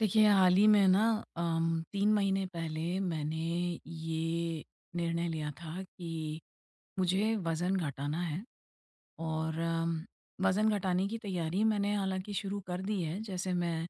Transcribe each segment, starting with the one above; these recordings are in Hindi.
देखिए, हाल ही में ना 3 महीने पहले मैंने ये निर्णय लिया था कि मुझे वज़न घटाना है और वज़न घटाने की तैयारी मैंने हालाँकि शुरू कर दी है। जैसे मैं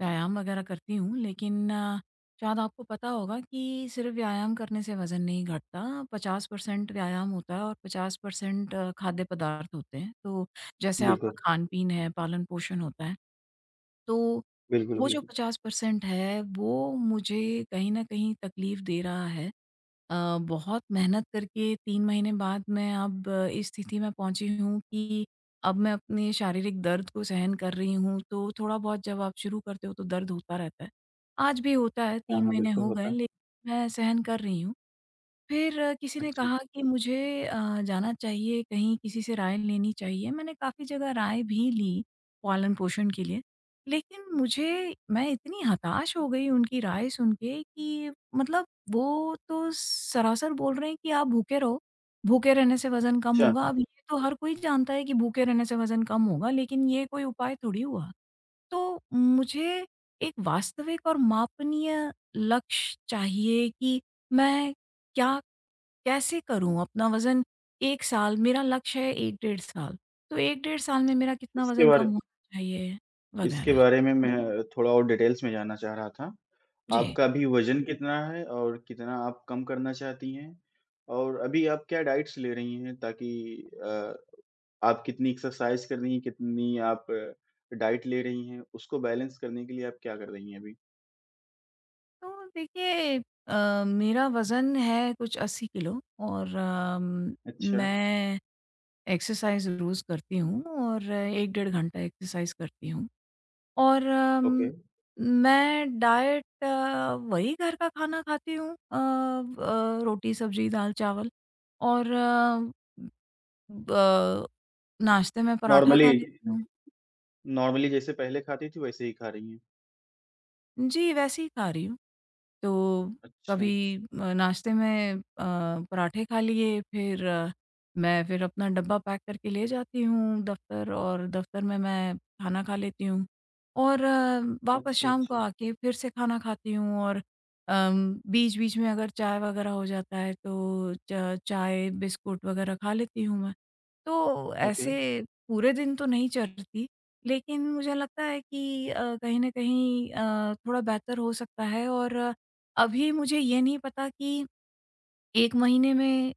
व्यायाम वग़ैरह करती हूँ, लेकिन शायद आपको पता होगा कि सिर्फ़ व्यायाम करने से वज़न नहीं घटता। 50% व्यायाम होता है और 50% खाद्य पदार्थ होते हैं। तो जैसे आपका बिल्कुल, खान-पीन है, पालन-पोषण होता है। तो बिल्कुल, वो जो बिल्कुल। 50% है, वो मुझे कहीं न कहीं तकलीफ़ दे रहा है। बहुत मेहनत करके 3 महीने बाद मैं अब इस स्थिति में पहुँची हूँ कि अब मैं अपने शारीरिक दर्द को सहन कर रही हूँ, तो थोड़ा-बहुत जब आप शुरू करते हो तो दर्द होता रहता है। आज भी होता है, हाँ, 3 हाँ, महीने बिल्कुल हो गए, होता है। लेकिन मैं सहन कर रही हूँ। फिर किसी ने अच्छा, कहा कि मुझे जाना चाहिए कहीं किसी से राय लेनी चाहिए। मैंने काफ़ी जगह राय भी ली पालन-पोषण के लिए। लेकिन मुझे मैं इतनी हताश हो गई उनकी राय सुन के कि मतलब वो तो सरासर बोल रहे हैं कि आप भूखे रहो, भूखे रहने से वज़न कम अच्छा। होगा। अब ये तो हर कोई जानता है कि भूखे रहने से वज़न कम होगा, लेकिन ये कोई उपाय थोड़ी हुआ। तो मुझे एक वास्तविक और मापनीय लक्ष्य चाहिए कि मैं क्या कैसे करूँ अपना वज़न। 1 साल मेरा लक्ष्य है, 1 डेढ़ साल, तो 1 डेढ़ साल में मेरा कितना इसके वज़न बारे कम होना चाहिए? इसके वग़ैरह। बारे में मैं थोड़ा और डिटेल्स में जानना चाह रहा था। जी। आपका अभी वज़न कितना है और कितना आप कम करना चाहती हैं? और अभी आप क्या डाइट्स ले रही हैं ताकि अ, आप कितनी एक्सरसाइज़ कर रही हैं, कितनी आप डाइट ले रही हैं, उसको बैलेंस करने के लिए आप क्या कर रही हैं अभी? तो देखिए, मेरा वज़न है कुछ 80 किलो और अच्छा, मैं एक्सरसाइज़ रोज़ करती हूँ और 1 डेढ़ घंटा एक्सरसाइज़ करती हूँ और ओके। मैं डाइट वही घर का खाना खाती हूँ। ब रोटी, सब्ज़ी, दाल, चावल और ब नाश्ते में पराठा नॉर्मली खा लेती हुँ। हूँ। नॉर्मली जैसे पहले खाती थी, वैसे ही खा रही हैं। जी, वैसे ही खा रही हूँ। तो अच्छा, कभी नाश्ते में पराठे खा लिए, फिर मैं फिर अपना डब्बा पैक करके ले जाती हूँ दफ़्तर और दफ़्तर में मैं खाना खा लेती हूँ। और वापस अच्छा, शाम को अच्छा, आके फिर से खाना खाती हूँ और बीच-बीच में अगर चाय वग़ैरह हो जाता है तो च चाय, बिस्कुट वग़ैरह खा लेती हूँ मैं। तो ओके। ऐसे पूरे दिन तो नहीं चलती, लेकिन मुझे लगता है कि कहीं न कहीं थोड़ा बेहतर हो सकता है और अभी मुझे ये नहीं पता कि 1 महीने में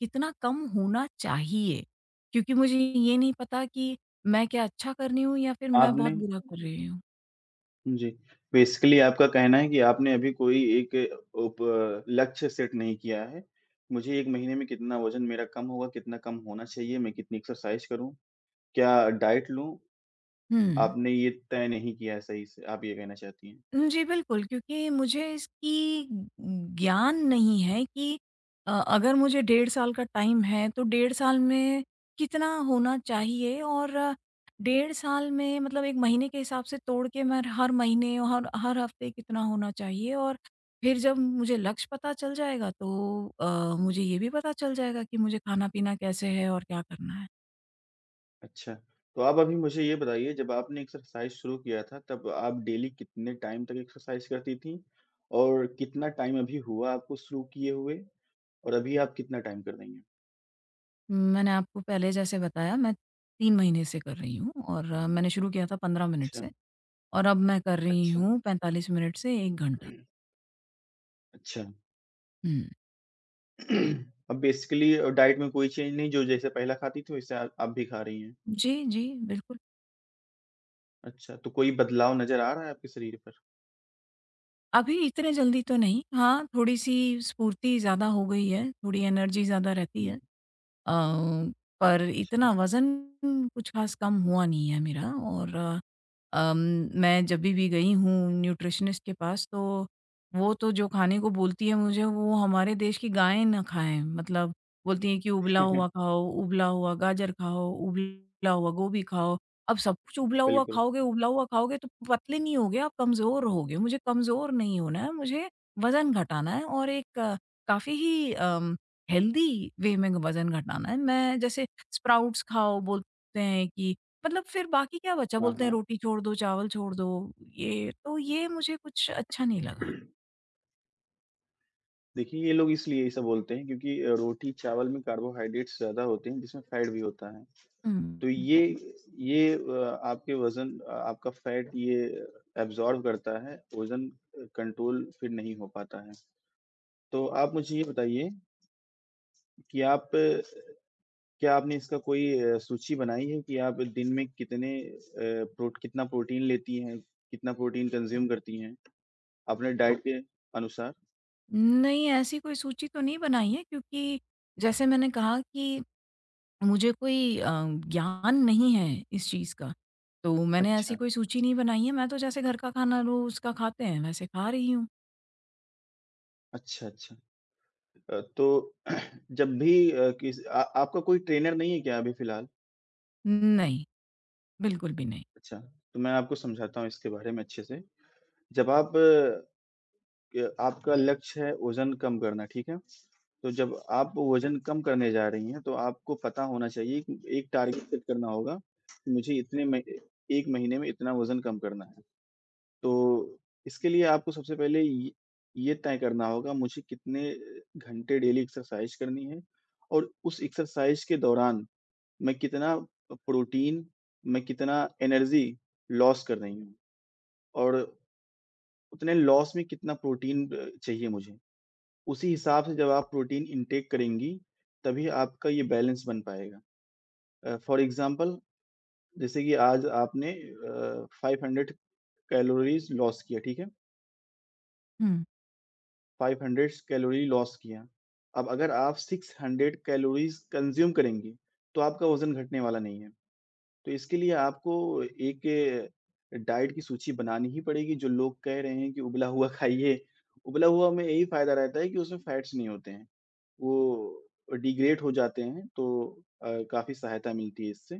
कितना कम होना चाहिए? क्योंकि मुझे ये नहीं पता कि मैं क्या अच्छा कर रही हूँ या फिर मैं आपने बहुत बुरा कर रही हूँ। जी, बेसिकली आपका कहना है कि आपने अभी कोई एक उप लक्ष्य सेट नहीं किया है। मुझे 1 महीने में कितना वज़न मेरा कम होगा, कितना कम होना चाहिए, मैं कितनी एक्सरसाइज करूँ, क्या डाइट लूँ, हुँ। आपने ये तय नहीं किया है सही से, आप ये कहना चाहती हैं। जी, बिल्कुल, क्योंकि मुझे इसकी ज्ञान नहीं है कि अगर मुझे डेढ़ साल का टाइम है, तो डेढ़ साल में कितना होना चाहिए और डेढ़ साल में मतलब 1 महीने के हिसाब से तोड़ के मैं हर महीने और हर हर हफ्ते कितना होना चाहिए और फिर जब मुझे लक्ष्य पता चल जाएगा, तो मुझे ये भी पता चल जाएगा कि मुझे खाना-पीना कैसे है और क्या करना है। अच्छा, तो आप अभी मुझे ये बताइए जब आपने एक्सरसाइज शुरू किया था तब आप डेली कितने टाइम तक एक्सरसाइज करती थीं? और कितना टाइम अभी हुआ आपको शुरू किए हुए और अभी आप कितना टाइम कर रही हैं? मैंने आपको पहले जैसे बताया, मैं 3 महीने से कर रही हूँ और मैंने शुरू किया था 15 मिनट अच्छा, से। और अब मैं कर रही अच्छा। हूँ 45 मिनट से 1 घंटा। अच्छा। हुँ। अब बेसिकली डाइट में कोई चेंज नहीं, जो जैसे पहला खाती थी, वैसे आप भी खा रही हैं। जी, जी, बिल्कुल। अच्छा, तो कोई बदलाव नज़र आ रहा है आपके शरीर पर? अभी इतने जल्दी तो नहीं, हाँ, थोड़ी-सी स्फूर्ति ज़्यादा हो गई है, थोड़ी एनर्जी ज़्यादा रहती है। हुँ, अ, पर अच्छा। इतना वज़न कुछ ख़ास कम हुआ नहीं है मेरा और अम, मैं जभी भी गई हूँ न्यूट्रिशनिस्ट के पास तो वो तो जो खाने को बोलती है मुझे वो हमारे देश की गायें ना खाएँ। मतलब बोलती हैं कि उबला हुआ खाओ, उबला हुआ गाजर खाओ, उबला हुआ गोभी खाओ। अब सब कुछ उबला हुआ बिल्कुल। खाओगे उबला हुआ खाओगे तो पतले नहीं होगे, आप कमज़ोर होगे। मुझे कमज़ोर नहीं होना है, मुझे वज़न घटाना है और एक काफ़ी ही हेल्दी वे में वज़न घटाना है। मैं जैसे स्प्राउट्स खाओ बोलते हैं कि मतलब फिर बाकी क्या बचा? हाँ, बोलते हैं हाँ। रोटी छोड़ दो, चावल छोड़ दो, ये तो ये मुझे कुछ अच्छा नहीं लगा। देखिए, ये लोग इसलिए ऐसा बोलते हैं क्योंकि रोटी, चावल में कार्बोहाइड्रेट्स ज़्यादा होते हैं, जिसमें फ़ैट भी होता है। हुँ। तो ये आपके वज़न आपका फ़ैट ये एब्ज़ॉर्ब करता है, वज़न कंट्रोल फिर नहीं हो पाता है। तो आप मुझे ये बताइए कि आप क्या आपने इसका कोई सूची बनाई है कि आप दिन में कितने प्रो कितना प्रोटीन लेती हैं? कितना प्रोटीन कंज़्यूम करती हैं, अपने डाइट के अनुसार? नहीं, ऐसी कोई सूची तो नहीं बनाई है क्योंकि जैसे मैंने कहा कि मुझे कोई ज्ञान नहीं है इस चीज़ का, तो मैंने ऐसी अच्छा, कोई सूची नहीं बनाई है। मैं तो जैसे घर का खाना रोज़ का खाते हैं वैसे खा रही हूँ। अच्छा, अच्छा। तो जब भी किस आ आपका कोई ट्रेनर नहीं है क्या अभी फ़िलहाल? नहीं, बिल्कुल भी नहीं। अच्छा, तो मैं आपको समझाता हूँ इसके बारे में अच्छे से। जब आप क आपका लक्ष्य है वज़न कम करना, ठीक है? तो जब आप वज़न कम करने जा रही हैं, तो आपको पता होना चाहिए कि एक टारगेट सेट करना होगा, कि मुझे इतने में 1 महीने में इतना वज़न कम करना है। तो इसके लिए आपको सबसे पहले ये तय करना होगा मुझे कितने घंटे डेली एक्सरसाइज़ करनी है और उस एक्सरसाइज़ के दौरान मैं कितना प्रोटीन, मैं कितना एनर्जी लॉस कर रही हूँ और उतने लॉस में कितना प्रोटीन चाहिए मुझे। उसी हिसाब से जब आप प्रोटीन इनटेक करेंगी, तभी आपका ये बैलेंस बन पाएगा। फॉर एग्ज़ाम्पल जैसे कि आज आपने 500 कैलोरीज़ लॉस किया, ठीक है? हुँ। 500 कैलोरी लॉस किया। अब अगर आप 600 कैलोरीज़ कंज़्यूम करेंगी, तो आपका वज़न घटने वाला नहीं है। तो इसके लिए आपको एक डाइट की सूची बनानी ही पड़ेगी, जो लोग कह रहे हैं कि उबला हुआ खाइए। उबला हुआ में यही फ़ायदा रहता है कि उसमें फैट्स नहीं होते हैं। वो डिग्रेड हो जाते हैं, तो काफ़ी सहायता मिलती है इससे।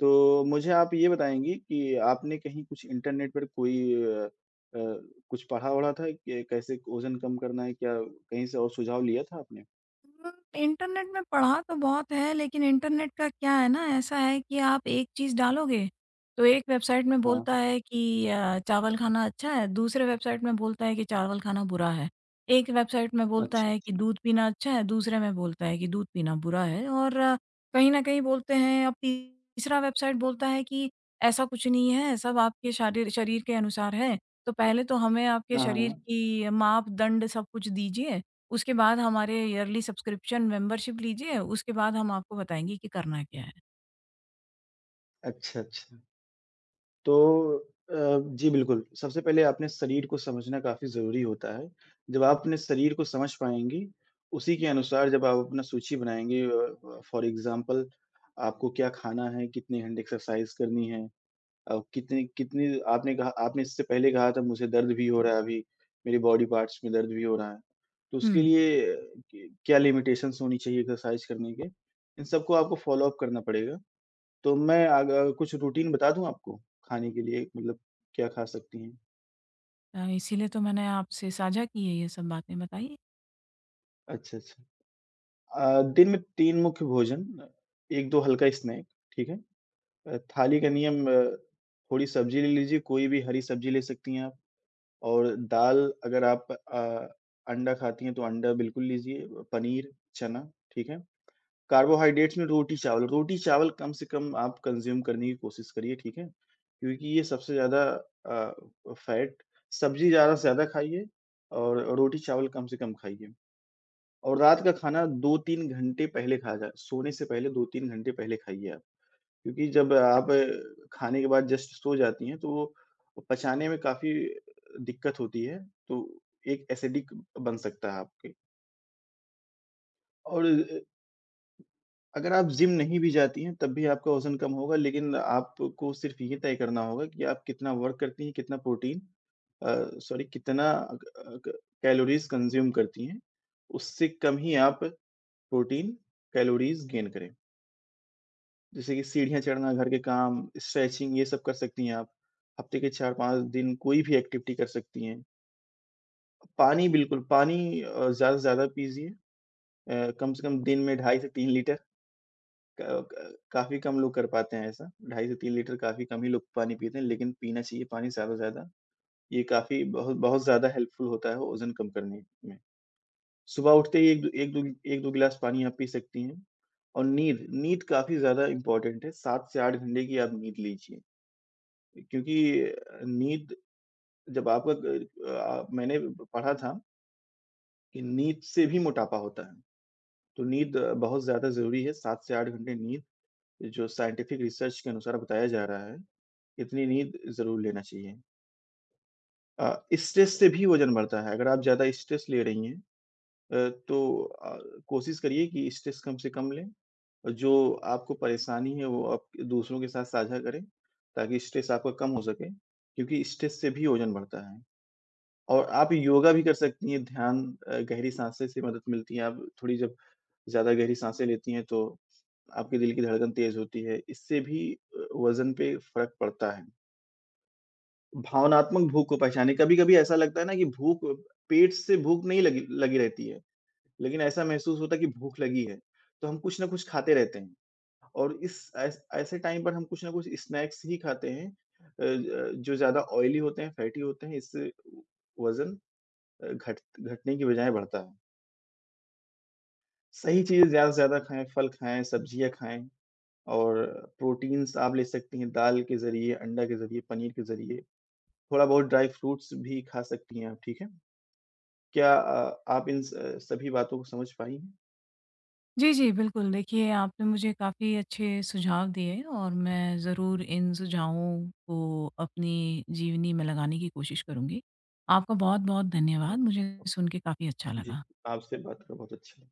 तो मुझे आप ये बताएँगी कि आपने कहीं कुछ इंटरनेट पर कोई अ अ, कुछ पढ़ा-वढ़ा था कि कैसे वज़न कम करना है? क्या कहीं से और सुझाव लिया था आपने? हुँ, इंटरनेट में पढ़ा तो बहुत है लेकिन इंटरनेट का क्या है ना, ऐसा है कि आप एक चीज़ डालोगे, तो एक वेबसाइट में हाँ, बोलता है कि चावल खाना अच्छा है, दूसरे वेबसाइट में बोलता है कि चावल खाना बुरा है। एक वेबसाइट में बोलता अच्छा, है कि अच्छा। दूध पीना अच्छा है, दूसरे में बोलता है कि दूध पीना बुरा है और कहीं न कहीं बोलते हैं, अब तीसरा वेबसाइट बोलता है कि ऐसा कुछ नहीं है, सब आपके शारीर शरीर के अनुसार है। तो पहले तो हमें आपके हाँ, शरीर हाँ। की मापदंड सब कुछ दीजिए, उसके बाद हमारे ईयरली सब्सक्रिप्शन मेंबरशिप लीजिए, उसके बाद हम आपको बताएँगे कि करना क्या है। अच्छा, अच्छा। तो जी बिल्कुल, सबसे पहले आपने शरीर को समझना काफ़ी ज़रूरी होता है। जब आप अपने शरीर को समझ पाएँगी, उसी के अनुसार जब आप अपना सूची बनाएँगी फॉर एग्ज़ाम्पल आपको क्या खाना है, कितने घंटे एक्सरसाइज़ करनी है कितनी कितनी आपने कहा आपने इससे पहले कहा था मुझे दर्द भी हो रहा है अभी, मेरे बॉडी पार्ट्स में दर्द भी हो रहा है। तो उसके हुँ। लिए क क्या लिमिटेशंस होनी चाहिए एक्सरसाइज़ करने के, इन सबको आपको फ़ॉलो अप करना पड़ेगा। तो मैं कुछ रूटीन बता दूँ आपको खाने के लिए मतलब क्या खा सकती हैं? इसीलिए तो मैंने आपसे साझा की है ये सब बातें बताइए। अच्छा, अच्छा। दिन में 3 मुख्य भोजन, 1-2 हल्का स्नैक, ठीक है? थाली का नियम थोड़ी सब्ज़ी ले लीजिए, कोई भी हरी सब्ज़ी ले सकती हैं आप और दाल अगर आप अंडा खाती हैं तो अंडा बिल्कुल लीजिए, पनीर, चना, ठीक है? कार्बोहाइड्रेट्स में रोटी, चावल कम से कम आप कंज़्यूम करने की कोशिश करिए, ठीक है? क्योंकि ये सबसे ज़्यादा अ, फैट सब्ज़ी ज़्यादा से ज़्यादा खाइए और रोटी, चावल कम से कम खाइए और रात का खाना 2-3 घंटे पहले खाया जाए, सोने से पहले 2-3 घंटे पहले खाइए आप। क्योंकि जब आप खाने के बाद जस्ट सो जाती हैं, तो वो पचाने में काफ़ी दिक्कत होती है, तो एक एसिडिक बन सकता है आपके और अगर आप जिम नहीं भी जाती हैं, तब भी आपका वज़न कम होगा, लेकिन आपको सिर्फ़ ये तय करना होगा कि आप कितना वर्क करती हैं, कितना प्रोटीन अ, सॉरी कितना क कैलोरीज़ कंज़्यूम करती हैं, उससे कम ही आप प्रोटीन, कैलोरीज़ गेन करें। जैसे कि सीढ़ियाँ चढ़ना, घर के काम, स्ट्रेचिंग ये सब कर सकती हैं आप। हफ़्ते के 4-5 दिन कोई भी एक्टिविटी कर सकती हैं। पानी बिल्कुल, पानी ज़्यादा से ज़्यादा पीजिए। कम से कम दिन में 2 से 3 लीटर क क काफ़ी कम लोग कर पाते हैं ऐसा, 2.5 से 3 लीटर काफ़ी कम ही लोग पानी पीते हैं, लेकिन पीना चाहिए पानी ज़्यादा से ज़्यादा। ये काफ़ी बहुत बहुत ज़्यादा हेल्पफुल होता है वज़न कम करने में। सुबह उठते ही 1-2 गिलास पानी आप पी सकती हैं और नींद, नींद काफ़ी ज़्यादा इम्पोर्टेंट है, 7 से 8 घंटे की आप नींद लीजिए। क्योंकि नींद जब आपका ग अ, मैंने पढ़ा था कि नींद से भी मोटापा होता है, तो नींद बहुत ज़्यादा ज़रूरी है, 7 से 8 घंटे नींद जो साइंटिफिक रिसर्च के अनुसार बताया जा रहा है। इतनी नींद ज़रूर लेना चाहिए। स्ट्रेस से भी वज़न बढ़ता है, अगर आप ज़्यादा स्ट्रेस ले रही हैं तो कोशिश करिए कि स्ट्रेस कम से कम लें और जो आपको परेशानी है वो आप दूसरों के साथ साझा करें, ताकि स्ट्रेस आपका कम हो सके, क्योंकि स्ट्रेस से भी वज़न बढ़ता है। और आप योगा भी कर सकती हैं, ध्यान गहरी साँसें से मदद मिलती है, आप थोड़ी जब ज़्यादा गहरी साँसें लेती हैं तो आपके दिल की धड़कन तेज़ होती है, इससे भी वज़न पे फ़र्क पड़ता है। भावनात्मक भूख को पहचाने। कभी-कभी ऐसा लगता है ना कि भूख पेट से भूख नहीं लगी लगी रहती है, लेकिन ऐसा महसूस होता है कि भूख लगी है, तो हम कुछ न कुछ खाते रहते हैं और इस ऐस ऐसे टाइम पर हम कुछ न कुछ स्नैक्स ही खाते हैं ज जो ज़्यादा ऑयली होते हैं, फैटी होते हैं, इससे वज़न घट घटने की बजाय बढ़ता है। सही चीज़ें ज़्यादा से ज़्यादा खाएँ, फल खाएँ, सब्जियाँ खाएँ और प्रोटीन्स आप ले सकती हैं दाल के ज़रिए, अंडा के ज़रिए, पनीर के ज़रिए। थोड़ा बहुत ड्राई फ्रूट्स भी खा सकती हैं आप, ठीक है? क्या आप इन स सभी बातों को समझ पाई हैं? जी, जी, बिल्कुल। देखिए, आपने मुझे काफ़ी अच्छे सुझाव दिए और मैं ज़रूर इन सुझावों को अपनी जीवनी में लगाने की कोशिश करूँगी। आपका बहुत-बहुत धन्यवाद। ओके। मुझे सुन के काफ़ी अच्छा जी, लगा। आपसे बात कर बहुत अच्छा लगा।